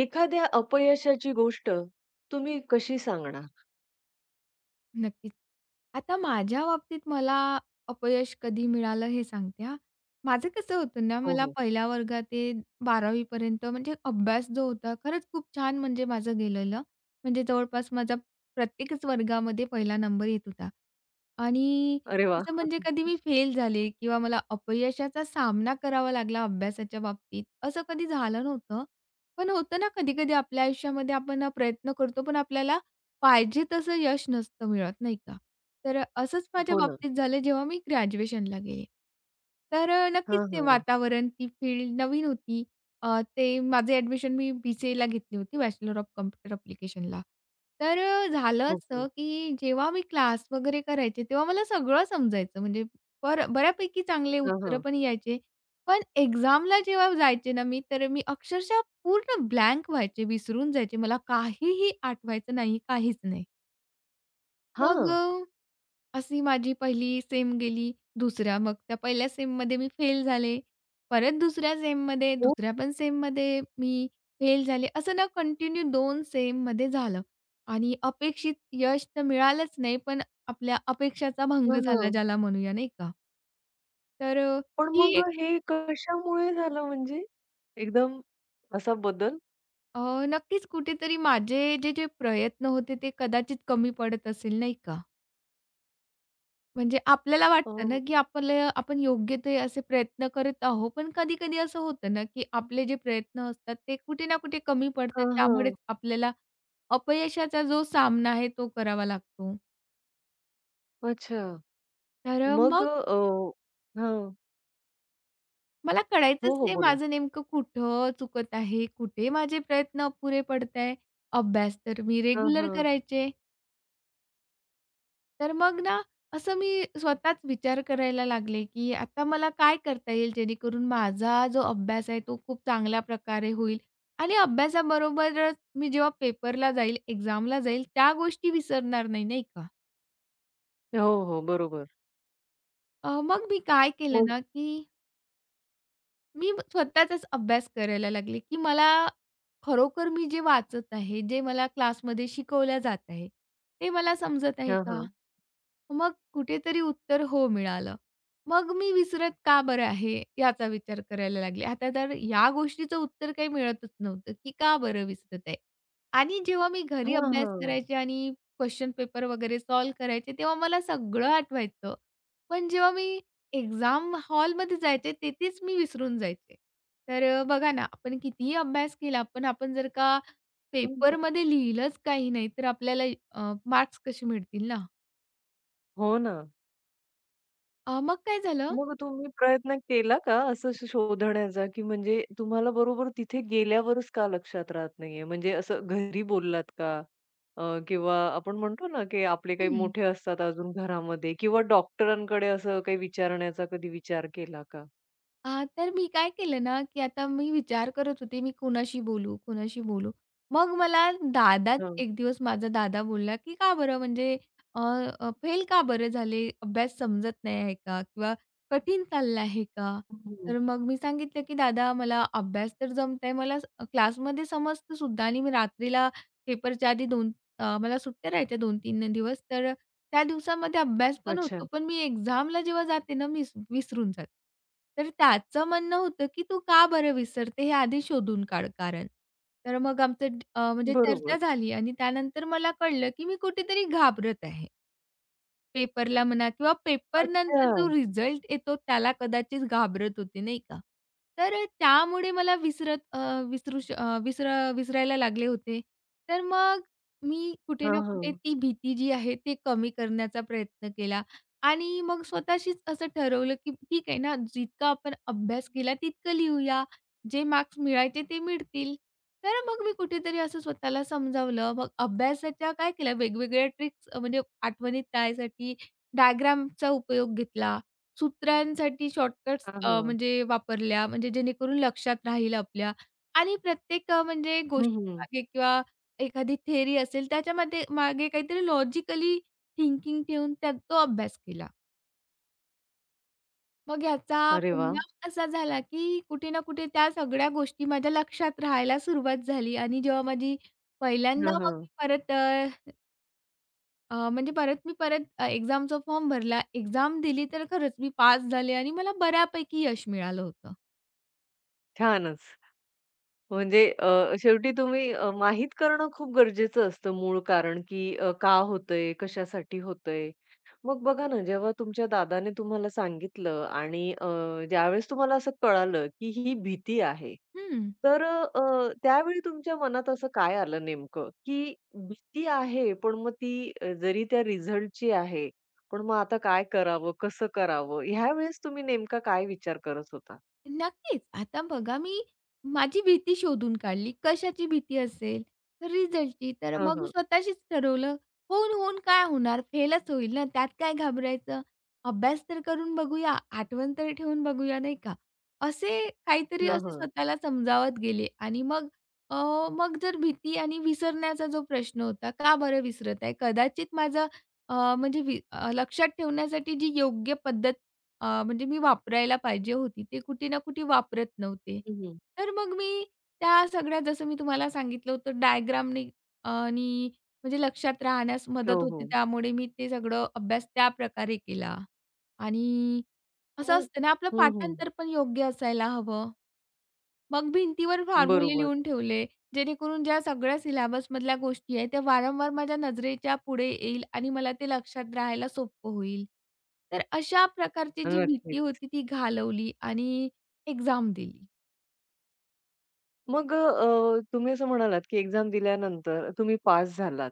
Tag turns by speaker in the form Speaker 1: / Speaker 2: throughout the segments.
Speaker 1: एखाद्या अपयशाची गोष्ट तुम्ही कशी सांगणार?
Speaker 2: नक्कीच. आता माझ्या बाबतीत मला अपयश कधी मिळालं हे सांगते हां. माझं कसं होतं ना,
Speaker 1: हो,
Speaker 2: मला
Speaker 1: हो.
Speaker 2: 1ल्या वर्गात ते 12वी पर्यंत म्हणजे अभ्यास जो होता खरंच खूप छान म्हणजे माझं गेलेलं. म्हणजे जवळपास माझा प्रत्येकच वर्गामध्ये 1ला नंबर येत होता. आणि
Speaker 1: अरे वाह!
Speaker 2: असं म्हणजे कधी मी फेल झाले किंवा मला अपयशाचा सामना करावा लागला अभ्यासाच्या बाबतीत, असं कधी झालं नव्हतं. पण होतं ना, कधी-कधी आपल्या आयुष्यामध्ये आपण प्रयत्न करतो, पण आपल्याला पाहिजे तसं यश नसतं मिळत, नाही का? तर असंच माझ्या
Speaker 1: हो ना.
Speaker 2: बाबतीत झालं जेव्हा मी ग्रॅज्युएशनला गेले. तर नक्कीच
Speaker 1: हां,
Speaker 2: ते
Speaker 1: हां.
Speaker 2: वातावरण, ती फील्ड नवीन होती. ते माझे ॲडमिशन मी बी-सी-एला घेतली होती, बॅचलर ऑफ कॉम्प्युटर ॲप्लिकेशनला. तर झालं
Speaker 1: ओके.
Speaker 2: असं, की जेव्हा मी क्लास वगैरे करायचे, तेव्हा मला सगळं समजायचं. म्हणजे बऱ्यापैकी चांगले
Speaker 1: हां,
Speaker 2: उत्तरं
Speaker 1: हां.
Speaker 2: पण यायचे. पण एक्झामला जेव्हा जायचे ना मी, तर मी अक्षरशः पूर्ण ब्लँक व्हायचे, विसरून जायचे. मला काहीही आठवायचं नाही, काहीच नाही. मग
Speaker 1: हां.
Speaker 2: अ, अशी माझी पहिली सेम गेली, मग त्या पहिल्या सेममध्ये मी फेल झाले. परत
Speaker 1: हो.
Speaker 2: दुसऱ्या पण सेममध्ये मी फेल झाले. असं ना कंटिन्यू 2 सेममध्ये झालं आणि अपेक्षित यश तर मिळालंच नाही, पण आपल्या अपेक्षाचा भंग
Speaker 1: हां,
Speaker 2: झाला
Speaker 1: हां.
Speaker 2: ज्याला म्हणूया, नाही का? तर अ,
Speaker 1: पण मग
Speaker 2: ही
Speaker 1: हे कशामुळे झालं म्हणजे? एकदम असा बदल?
Speaker 2: अ, नक्कीच कुठेतरी माझे जे प्रयत्न होते ते कदाचित कमी पडत असेल नाही का? म्हणजे आपल्याला
Speaker 1: अ,
Speaker 2: वाटतं ना, की आपलं आपण योग्य ते असे प्रयत्न करत आहोत. पण कधी-कधी असं होतं ना, की आपले जे प्रयत्न असतात ते कुठे ना कुठे कमी पडतात.
Speaker 1: हां, हां.
Speaker 2: त्यामुळेच आपल्याला अपयशाचा जो सामना आहे तो करावा लागतो.
Speaker 1: अच्छा.
Speaker 2: तर
Speaker 1: मग
Speaker 2: मग
Speaker 1: हां.
Speaker 2: मला कळायचंच
Speaker 1: हो, हो.
Speaker 2: नाही
Speaker 1: बोला.
Speaker 2: माझं नेमकं कुठं चुकत आहे? कुठे माझे प्रयत्न अपुरे पडताय? अभ्यास तर मी
Speaker 1: हां,
Speaker 2: रेग्युलर
Speaker 1: हां.
Speaker 2: करायचे. तर मग ना, असं मी स्वतःच विचार करायला लागले, की आता मला काय करता येईल जेणेकरून माझा जो अभ्यास आहे, तो खूप चांगल्या प्रकारे होईल आणि अभ्यासाबरोबरच मी जेव्हा पेपरला जाईल, एक्झामला जाईल, त्या गोष्टी विसरणार नाही, नाही का?
Speaker 1: हो, हो. बरोबर.
Speaker 2: मग मी काय केलं
Speaker 1: मग
Speaker 2: ना, की मी स्वतःचाच अभ्यास करायला लागले, की मला खरोखर मी जे वाचत आहे, जे मला क्लासमध्ये शिकवल्या जात आहे, ते मला समजत आहे
Speaker 1: हां,
Speaker 2: का?
Speaker 1: हां.
Speaker 2: मग कुठेतरी उत्तर हो मिळालं. मग मी विसरत का बरं आहे याचा विचार करायला लागले. आता तर या गोष्टीचं उत्तर काही मिळतच नव्हतं, की का बरं विसरत आहे? आणि जेव्हा मी घरी
Speaker 1: हां,
Speaker 2: अभ्यास
Speaker 1: हां.
Speaker 2: करायचे आणि क्वेशन पेपर वगैरे सॉल्व्ह करायचे, तेव्हा मला सगळं आठवायचं. पण जेव्हा मी एक्झाम हॉलमध्ये जायचे, तेथेच मी विसरून जायचे. तर बघा ना, आपण कितीही अभ्यास केला, पण आपण जर का
Speaker 1: हं, हं.
Speaker 2: पेपरमध्ये लिहिलंच काही नाही, तर आपल्याला मार्क्स कसे मिळतील ना?
Speaker 1: हो ना.
Speaker 2: मग काय झालं.
Speaker 1: मग तुम्ही प्रयत्न केला का असं शोधण्याचा, की म्हणजे तुम्हाला बरोबर तिथे गेल्यावरच का लक्षात राहत नाहीये? म्हणजे असं घरी बोललात का? किंवा आपण म्हणतो ना, की आपले काही
Speaker 2: हं.
Speaker 1: मोठे असतात अजून घरामध्ये किंवा डॉक्टरांकडे असं काही विचारण्याचा कधी विचार केला का?
Speaker 2: तर मी काय केलं ना, की आता मी विचार करत होते, मी कोणाशी बोलू, कोणाशी बोलू? मग मला दादाच
Speaker 1: हां.
Speaker 2: एक दिवस माझा दादा बोलला, की "का बरं म्हणजे अ, अ, फेल का बरं झाले? अभ्यास समजत नाही आहे का? किंवा कठीण चाललं आहे का?"
Speaker 1: हं.
Speaker 2: तर मग मी सांगितलं, की "दादा मला अभ्यास तर जमतंय, मला क्लासमध्ये समजतं सुद्धा आणि मी रात्रीला पेपरच्या आधी 2 मला सुट्ट्या राहायच्या 2-3 दिवस तर त्या दिवसामध्ये अभ्यास पण होतो,
Speaker 1: अच्छा.
Speaker 2: पण मी एक्झामला जेव्हा जाते ना, मी विसरून जाते." तर त्याचं म्हणणं होतं, की "तू का बरं विसरते हे आधी शोधून काढ कारण." तर मग आमचं म्हणजे
Speaker 1: बरोबर.
Speaker 2: चर्चा झाली आणि त्यानंतर मला कळलं, की मी कुठेतरी घाबरत आहे. पेपरला म्हणा किंवा पेपर
Speaker 1: अच्छा.
Speaker 2: नंतर जो रिझल्ट येतो त्याला कदाचित घाबरत होते, नाही का? तर त्यामुळे मला विसरत अ, विसरू श अ, विसर विसरायला लागले होते. तर मग मी कुठे
Speaker 1: हां,
Speaker 2: ना कुठे
Speaker 1: हां.
Speaker 2: ती भीती जी आहे ते कमी करण्याचा प्रयत्न केला आणि मग स्वतःशीच असं ठरवलं, की ठीक आहे ना, जितका आपण अभ्यास केला तितकं लिहूया. जे मार्क्स मिळायचे ते मिळतील. तर मग मी कुठेतरी असं स्वतःला समजावलं. मग अभ्यासाच्या काय केल्या वेगवेगळ्या ट्रिक्स म्हणजे आठवणीत राहण्यासाठी डायग्रामचा उपयोग घेतला. सूत्रांसाठी शॉर्टकट्स
Speaker 1: हां, हां.
Speaker 2: म्हणजे वापरल्या म्हणजे जेणेकरून लक्षात राहील आपल्या. आणि प्रत्येक म्हणजे
Speaker 1: हं, हं.
Speaker 2: गोष्टीमागे किंवा एखादी थिअरी असेल त्याच्यामध्ये मागे काहीतरी लॉजिकली थिंकिंग ठेवून त्यात तो अभ्यास केला. मग याचा
Speaker 1: अरे वाह!
Speaker 2: परिणाम असा झाला, की कुठे ना कुठे त्या सगळ्या गोष्टी माझ्या लक्षात राहायला सुरुवात झाली आणि जेव्हा माझी पहिल्यांदा
Speaker 1: हां,
Speaker 2: मग
Speaker 1: हां.
Speaker 2: मी परत अ, अ, म्हणजे परत मी परत अ, एक्झामचा फॉर्म भरला, एक्झाम दिली, तर खरंच मी पास झाले आणि मला बऱ्यापैकी यश मिळालं होतं.
Speaker 1: छानच. म्हणजे शेवटी तुम्ही माहीत करणं खूप गरजेचं असतं मूळ कारण, की का होतंय, कशासाठी होतंय. मग बघा ना, जेव्हा तुमच्या दादाने तुम्हाला सांगितलं आणि ज्यावेळेस तुम्हाला असं कळालं, की ही भीती आहे,
Speaker 2: हं.
Speaker 1: तर त्यावेळी तुमच्या मनात असं काय आलं नेमकं, की भीती आहे, पण मग ती जरी त्या रिझल्टची आहे, पण मग आता काय करावं, कसं करावं? ह्यावेळेस तुम्ही नेमका काय विचार करत होता?
Speaker 2: नक्कीच. आता बघा मी माझी भीती शोधून काढली. कशाची भीती असेल? तर रिझल्टची. तर
Speaker 1: हां,
Speaker 2: मग
Speaker 1: हां.
Speaker 2: स्वतःशीच ठरवलं, होऊन-होऊन काय होणार? फेलच होईल ना, त्यात काय घाबरायचं? अभ्यास तर करून बघूया, आठवण तर ठेवून बघूया, नाही का? असे काहीतरी
Speaker 1: हां,
Speaker 2: असे
Speaker 1: हां.
Speaker 2: स्वतःला समजावत गेले आणि अ, मग जर भीती आणि विसरण्याचा जो प्रश्न होता, का बरं विसरत आहे? कदाचित माझं अ, म्हणजे वि अ, लक्षात ठेवण्यासाठी जी योग्य पद्धत अ, म्हणजे मी वापरायला पाहिजे होती. ते कुठे ना कुठे वापरत नव्हते.
Speaker 1: हं, हं.
Speaker 2: तर मग मी त्या सगळ्या जसं मी तुम्हाला सांगितलं होतं डायग्रामनी अ, नी म्हणजे लक्षात राहण्यास
Speaker 1: हो,
Speaker 2: मदत होते.
Speaker 1: हो.
Speaker 2: त्यामुळे मी ते सगळं अभ्यास त्याप्रकारे केला. आणि असं
Speaker 1: मग
Speaker 2: असतं ना आपलं
Speaker 1: हं, हं.
Speaker 2: पाठांतर पण योग्य असायला हवं. मग भिंतीवर फॉर्म्युले
Speaker 1: बरोबर.
Speaker 2: लिहून ठेवले, जेणेकरून ज्या सगळ्या सिलॅबसमधल्या गोष्टी आहेत, त्या वारंवार माझ्या नजरेच्या पुढे येईल आणि मला ते लक्षात राहायला सोपं होईल. तर अशा प्रकारची जी भीती
Speaker 1: नक्कीच.
Speaker 2: होती ती घालवली आणि एक्झाम दिली.
Speaker 1: मग तुम्ही असं म्हणालात, की एक्झाम दिल्यानंतर तुम्ही पास झालात.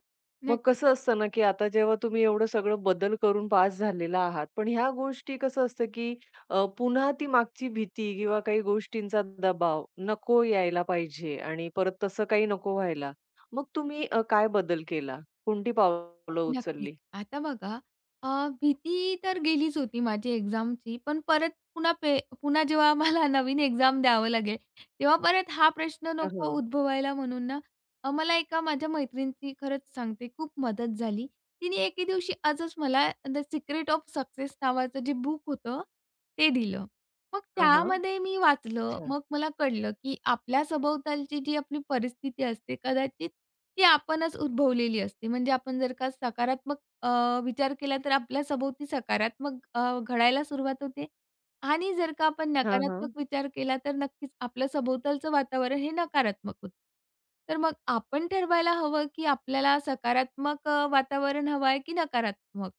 Speaker 1: मग
Speaker 2: नक्कीच.
Speaker 1: कसं असतं ना, की आता जेव्हा तुम्ही एवढं सगळं बदल करून पास झालेला आहात, पण ह्या गोष्टी कसं असतं, की पुन्हा ती मागची भीती किंवा काही गोष्टींचा दबाव नको यायला पाहिजे आणि परत तसं काही नको व्हायला. मग तुम्ही काय बदल केला? कोणती पावलं
Speaker 2: नक्कीच.
Speaker 1: उचलली?
Speaker 2: आता बघा भीती तर गेलीच होती माझी एक्झामची, पण परत पुन्हा पे पुन्हा जेव्हा आम्हाला नवीन एक्झाम द्यावं लागेल, तेव्हा परत हा प्रश्न
Speaker 1: हां,
Speaker 2: नको
Speaker 1: हां.
Speaker 2: उद्भवायला म्हणून ना, मला एका माझ्या मैत्रिणीची खरंच सांगते खूप मदत झाली. तिने एके दिवशी आजच मला द सिक्रेट ऑफ सक्सेस नावाचं जे बुक होतं, ते दिलं. मग
Speaker 1: हां, हां.
Speaker 2: त्यामध्ये मी वाचलं.
Speaker 1: अच्छा.
Speaker 2: मग मला कळलं, की आपल्या सभोवतालची जी आपली परिस्थिती असते, कदाचित ती आपणच उद्भवलेली असते. म्हणजे आपण जर का सकारात्मक विचार केला तर आपल्या सभोवती सकारात्मक घडायला सुरुवात होते आणि जर का आपण
Speaker 1: हां,
Speaker 2: नकारात्मक
Speaker 1: हां.
Speaker 2: विचार केला तर नक्कीच आपलं सभोवतालचं वातावरण हे नकारात्मक होतं. तर मग आपण ठरवायला हवं, की आपल्याला सकारात्मक वातावरण हवं आहे की नकारात्मक?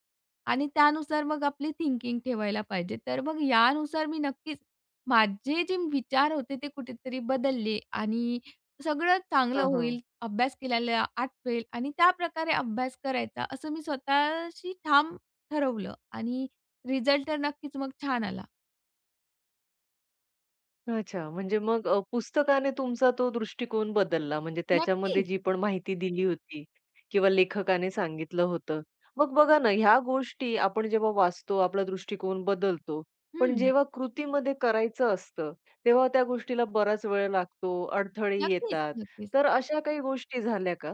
Speaker 2: आणि त्यानुसार मग आपली थिंकिंग ठेवायला पाहिजे. तर मग यानुसार मी नक्कीच माझे जे विचार होते ते कुठेतरी बदलले आणि सगळं चांगलं
Speaker 1: हां, हां.
Speaker 2: होईल, अभ्यास केलेला आठवेल आणि त्याप्रकारे अभ्यास करायचा, असं मी स्वतःशी ठाम ठरवलं आणि रिझल्ट तर नक्कीच मग छान आला.
Speaker 1: अच्छा. म्हणजे मग पुस्तकाने तुमचा तो दृष्टिकोन बदलला. म्हणजे त्याच्यामध्ये
Speaker 2: नक्कीच.
Speaker 1: जी पण माहिती दिली होती किंवा लेखकाने सांगितलं होतं. मग बघा ना, ह्या गोष्टी आपण जेव्हा वाचतो, आपला दृष्टिकोन बदलतो. पण
Speaker 2: हं.
Speaker 1: जेव्हा कृतीमध्ये करायचं असतं, तेव्हा त्या गोष्टीला बराच वेळ लागतो, अडथळे
Speaker 2: नक्कीच,
Speaker 1: येतात.
Speaker 2: नक्कीच.
Speaker 1: तर अशा काही गोष्टी झाल्या का?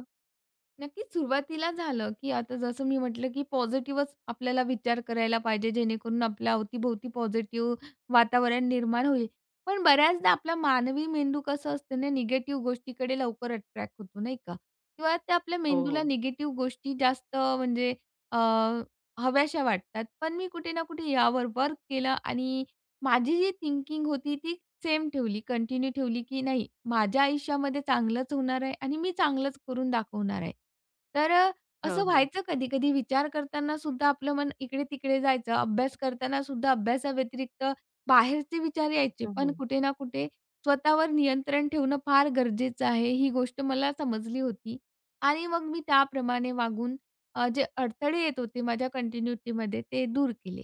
Speaker 2: नक्कीच सुरुवातीला झालं, की आता जसं मी म्हटलं, की पॉझिटिव्हच आपल्याला विचार करायला पाहिजे, जेणेकरून आपल्या अवतीभोवती पॉझिटिव्ह वातावरण निर्माण होईल. पण बऱ्याचदा आपला मानवी मेंदू कसं असतं ना, निगेटिव्ह गोष्टीकडे लवकर अट्रॅक्ट होतो, नाही का? किंवा त्या आपल्या
Speaker 1: हो,
Speaker 2: मेंदूला
Speaker 1: हो.
Speaker 2: निगेटिव्ह गोष्टी जास्त म्हणजे अ, हव्याशा वाटतात. पण मी कुठे ना कुठे यावर वर्क केलं आणि माझी जी थिंकिंग होती ती सेम ठेवली, कंटिन्यू ठेवली, की नाही माझ्या आयुष्यामध्ये चांगलंच होणार आहे आणि मी चांगलंच करून दाखवणार आहे. तर
Speaker 1: हां,
Speaker 2: असं
Speaker 1: हां.
Speaker 2: व्हायचं कधी-कधी विचार करताना सुद्धा आपलं मन इकडे-तिकडे जायचं. अभ्यास करताना सुद्धा अभ्यासाव्यतिरिक्त बाहेरचे विचार यायचे. पण कुठे ना कुठे स्वतःवर नियंत्रण ठेवणं फार गरजेचं आहे, ही गोष्ट मला समजली होती. आणि मग मी त्याप्रमाणे वागून जे अडथळे येत होते माझ्या कंटिन्युटीमध्ये ते दूर केले.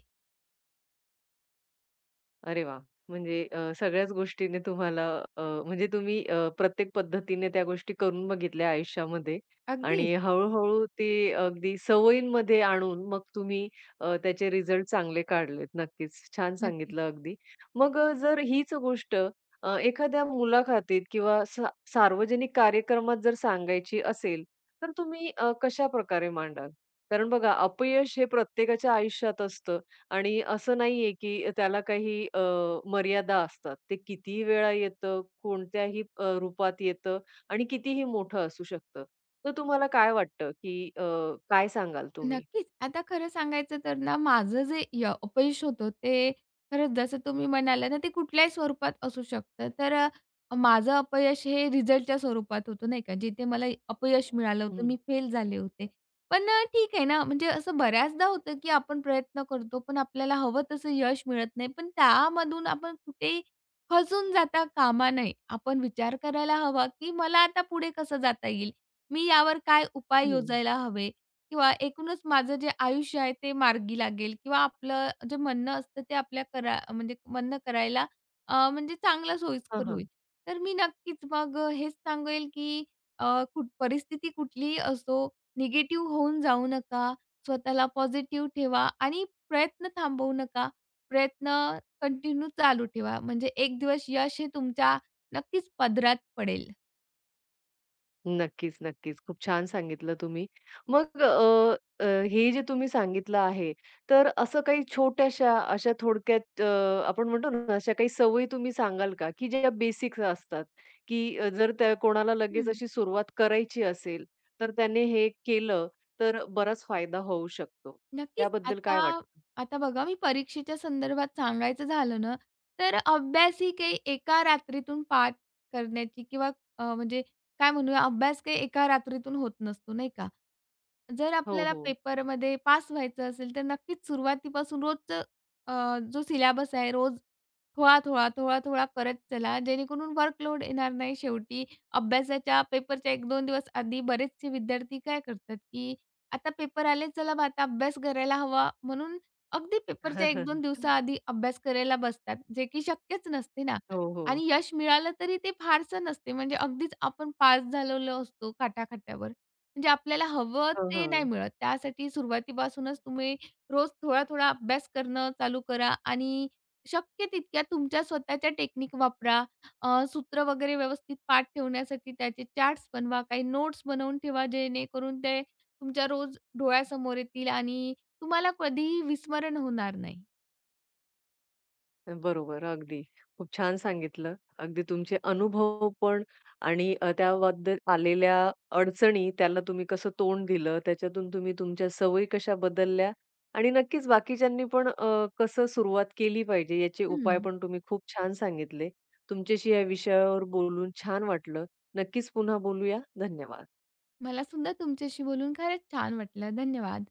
Speaker 1: अरे वा, म्हणजे सगळ्याच गोष्टीने तुम्हाला म्हणजे तुम्ही प्रत्येक पद्धतीने त्या गोष्टी करून बघितल्या आयुष्यामध्ये
Speaker 2: अगदीच.
Speaker 1: आणि हळू-हळू ते अगदी सवयींमध्ये आणून मग तुम्ही त्याचे रिझल्ट चांगले काढलेत. नक्कीच. छान
Speaker 2: नक्कीच.
Speaker 1: सांगितलं अगदी. मग जर हीच गोष्ट एखाद्या मुलाखतीत किंवा सार्वजनिक कार्यक्रमात जर सांगायची असेल, तर तुम्ही कशाप्रकारे मांडाल? कारण बघा अपयश हे प्रत्येकाच्या आयुष्यात असतं. आणि असं नाहीये, की त्याला काही मर्यादा असतात. ते कितीही वेळा येतं, कोणत्याही रूपात येतं आणि कितीही मोठं असू शकतं. तर तुम्हाला काय वाटतं, की काय सांगाल तुम्ही?
Speaker 2: नक्कीच. आता खरं सांगायचं तर ना, माझं जे अपयश होतं ते खरंच जसं तुम्ही म्हणाला ना, ते कुठल्याही स्वरूपात असू शकतं. तर माझं अपयश हे रिझल्टच्या स्वरूपात होतं नाही का, जिथे मला अपयश मिळालं होतं,
Speaker 1: हं.
Speaker 2: मी फेल झाले होते. पण ठीक आहे ना, म्हणजे असं बऱ्याचदा होतं, की आपण प्रयत्न करतो, पण आपल्याला हवं तसं यश मिळत नाही. पण त्यामधून आपण कुठेही खचून जाता कामा नये. आपण विचार करायला हवा, की मला आता पुढे कसं जाता येईल? मी यावर काय उपाय
Speaker 1: हं.
Speaker 2: योजायला हवे? किंवा एकूणच माझं जे आयुष्य आहे ते मार्गी लागेल किंवा आपलं जे म्हणणं असतं ते आपल्या म्हणजे म्हणणं करायला अ, म्हणजे चांगला
Speaker 1: हां,
Speaker 2: सोयीस्कर होईल.
Speaker 1: हां.
Speaker 2: तर मी नक्कीच मग हेच सांगेल की अ, कुठ परिस्थिती कुठलीही असो, निगेटिव्ह होऊन जाऊ नका. स्वतःला पॉझिटिव्ह ठेवा आणि प्रयत्न थांबवू नका. प्रयत्न कंटिन्यू चालू ठेवा. म्हणजे एक दिवस यश हे तुमच्या नक्कीच पदरात पडेल.
Speaker 1: नक्कीच, नक्कीच. खूप छान सांगितलं तुम्ही. मग अ, अ, हे जे तुम्ही सांगितलं आहे, तर असं काही छोट्याशा अशा थोडक्यात आपण म्हणतो ना, अशा काही सवयी तुम्ही सांगाल का, की ज्या बेसिक्स असतात, की जर त्या कोणाला लगेच
Speaker 2: हं.
Speaker 1: अशी सुरुवात करायची असेल, तर त्याने हे केलं तर बराच फायदा होऊ शकतो.
Speaker 2: नक्कीच.
Speaker 1: त्याबद्दल काय
Speaker 2: आता
Speaker 1: वाटतं?
Speaker 2: आता बघा मी परीक्षेच्या संदर्भात सांगायचं झालं ना, तर अभ्यास ही काही एका रात्रीतून पाठ करण्याची किंवा अ, म्हणजे काय म्हणूया अभ्यास काही एका रात्रीतून होत नसतो, नाही का? जर
Speaker 1: हो,
Speaker 2: आपल्याला
Speaker 1: हो.
Speaker 2: पेपरमध्ये पास व्हायचं असेल, तर नक्कीच सुरुवातीपासून रोजचं जो सिलेबस आहे, रोज थोडा-थोडा, थोडा-थोडा करत चला, जेणेकरून वर्कलोड येणार नाही. शेवटी अभ्यासाच्या पेपरच्या 1-2 दिवस आधी बरेचसे विद्यार्थी काय करतात, की आता पेपर आले, चला मग आता अभ्यास करायला हवा, म्हणून अगदी पेपरच्या 1-2 दिवसाआधी अभ्यास करायला बसतात, जे की शक्यच नसते ना.
Speaker 1: हो, हो.
Speaker 2: आणि यश मिळालं तरी ते फारसं नसते, म्हणजे अगदीच आपण पास झालेलो असतो काठाखात्यावर. म्हणजे आपल्याला हवं
Speaker 1: हं,
Speaker 2: ते नाही
Speaker 1: हं.
Speaker 2: मिळत. त्यासाठी सुरुवातीपासूनच तुम्ही रोज थोडा-थोडा अभ्यास करणं चालू करा आणि शक्य तितक्या तुमच्या स्वतःच्या टेक्निक वापरा. सूत्र वगैरे व्यवस्थित पाठ ठेवण्यासाठी त्याचे चार्ट्स बनवा, काही नोट्स बनवून ठेवा, जेणेकरून ते तुमच्या रोज डोळ्यासमोर येतील आणि तुम्हाला कधीही विस्मरण होणार नाही.
Speaker 1: बरोबर, अगदी. खूप छान सांगितलं. अगदी तुमचे अनुभव पण आणि त्याबद्दल आलेल्या अडचणी, त्याला तुम्ही कसं तोंड दिलं, त्याच्यातून तुम्ही तुमच्या सवयी कशा बदलल्या आणि नक्कीच बाकीच्यांनी पण कसं सुरुवात केली पाहिजे याचे उपाय
Speaker 2: हं.
Speaker 1: पण तुम्ही खूप छान सांगितले. तुमच्याशी या विषयावर बोलून छान वाटलं. नक्कीच पुन्हा बोलूया. धन्यवाद.
Speaker 2: मला सुद्धा तुमच्याशी बोलून खरंच छान वाटलं. धन्यवाद.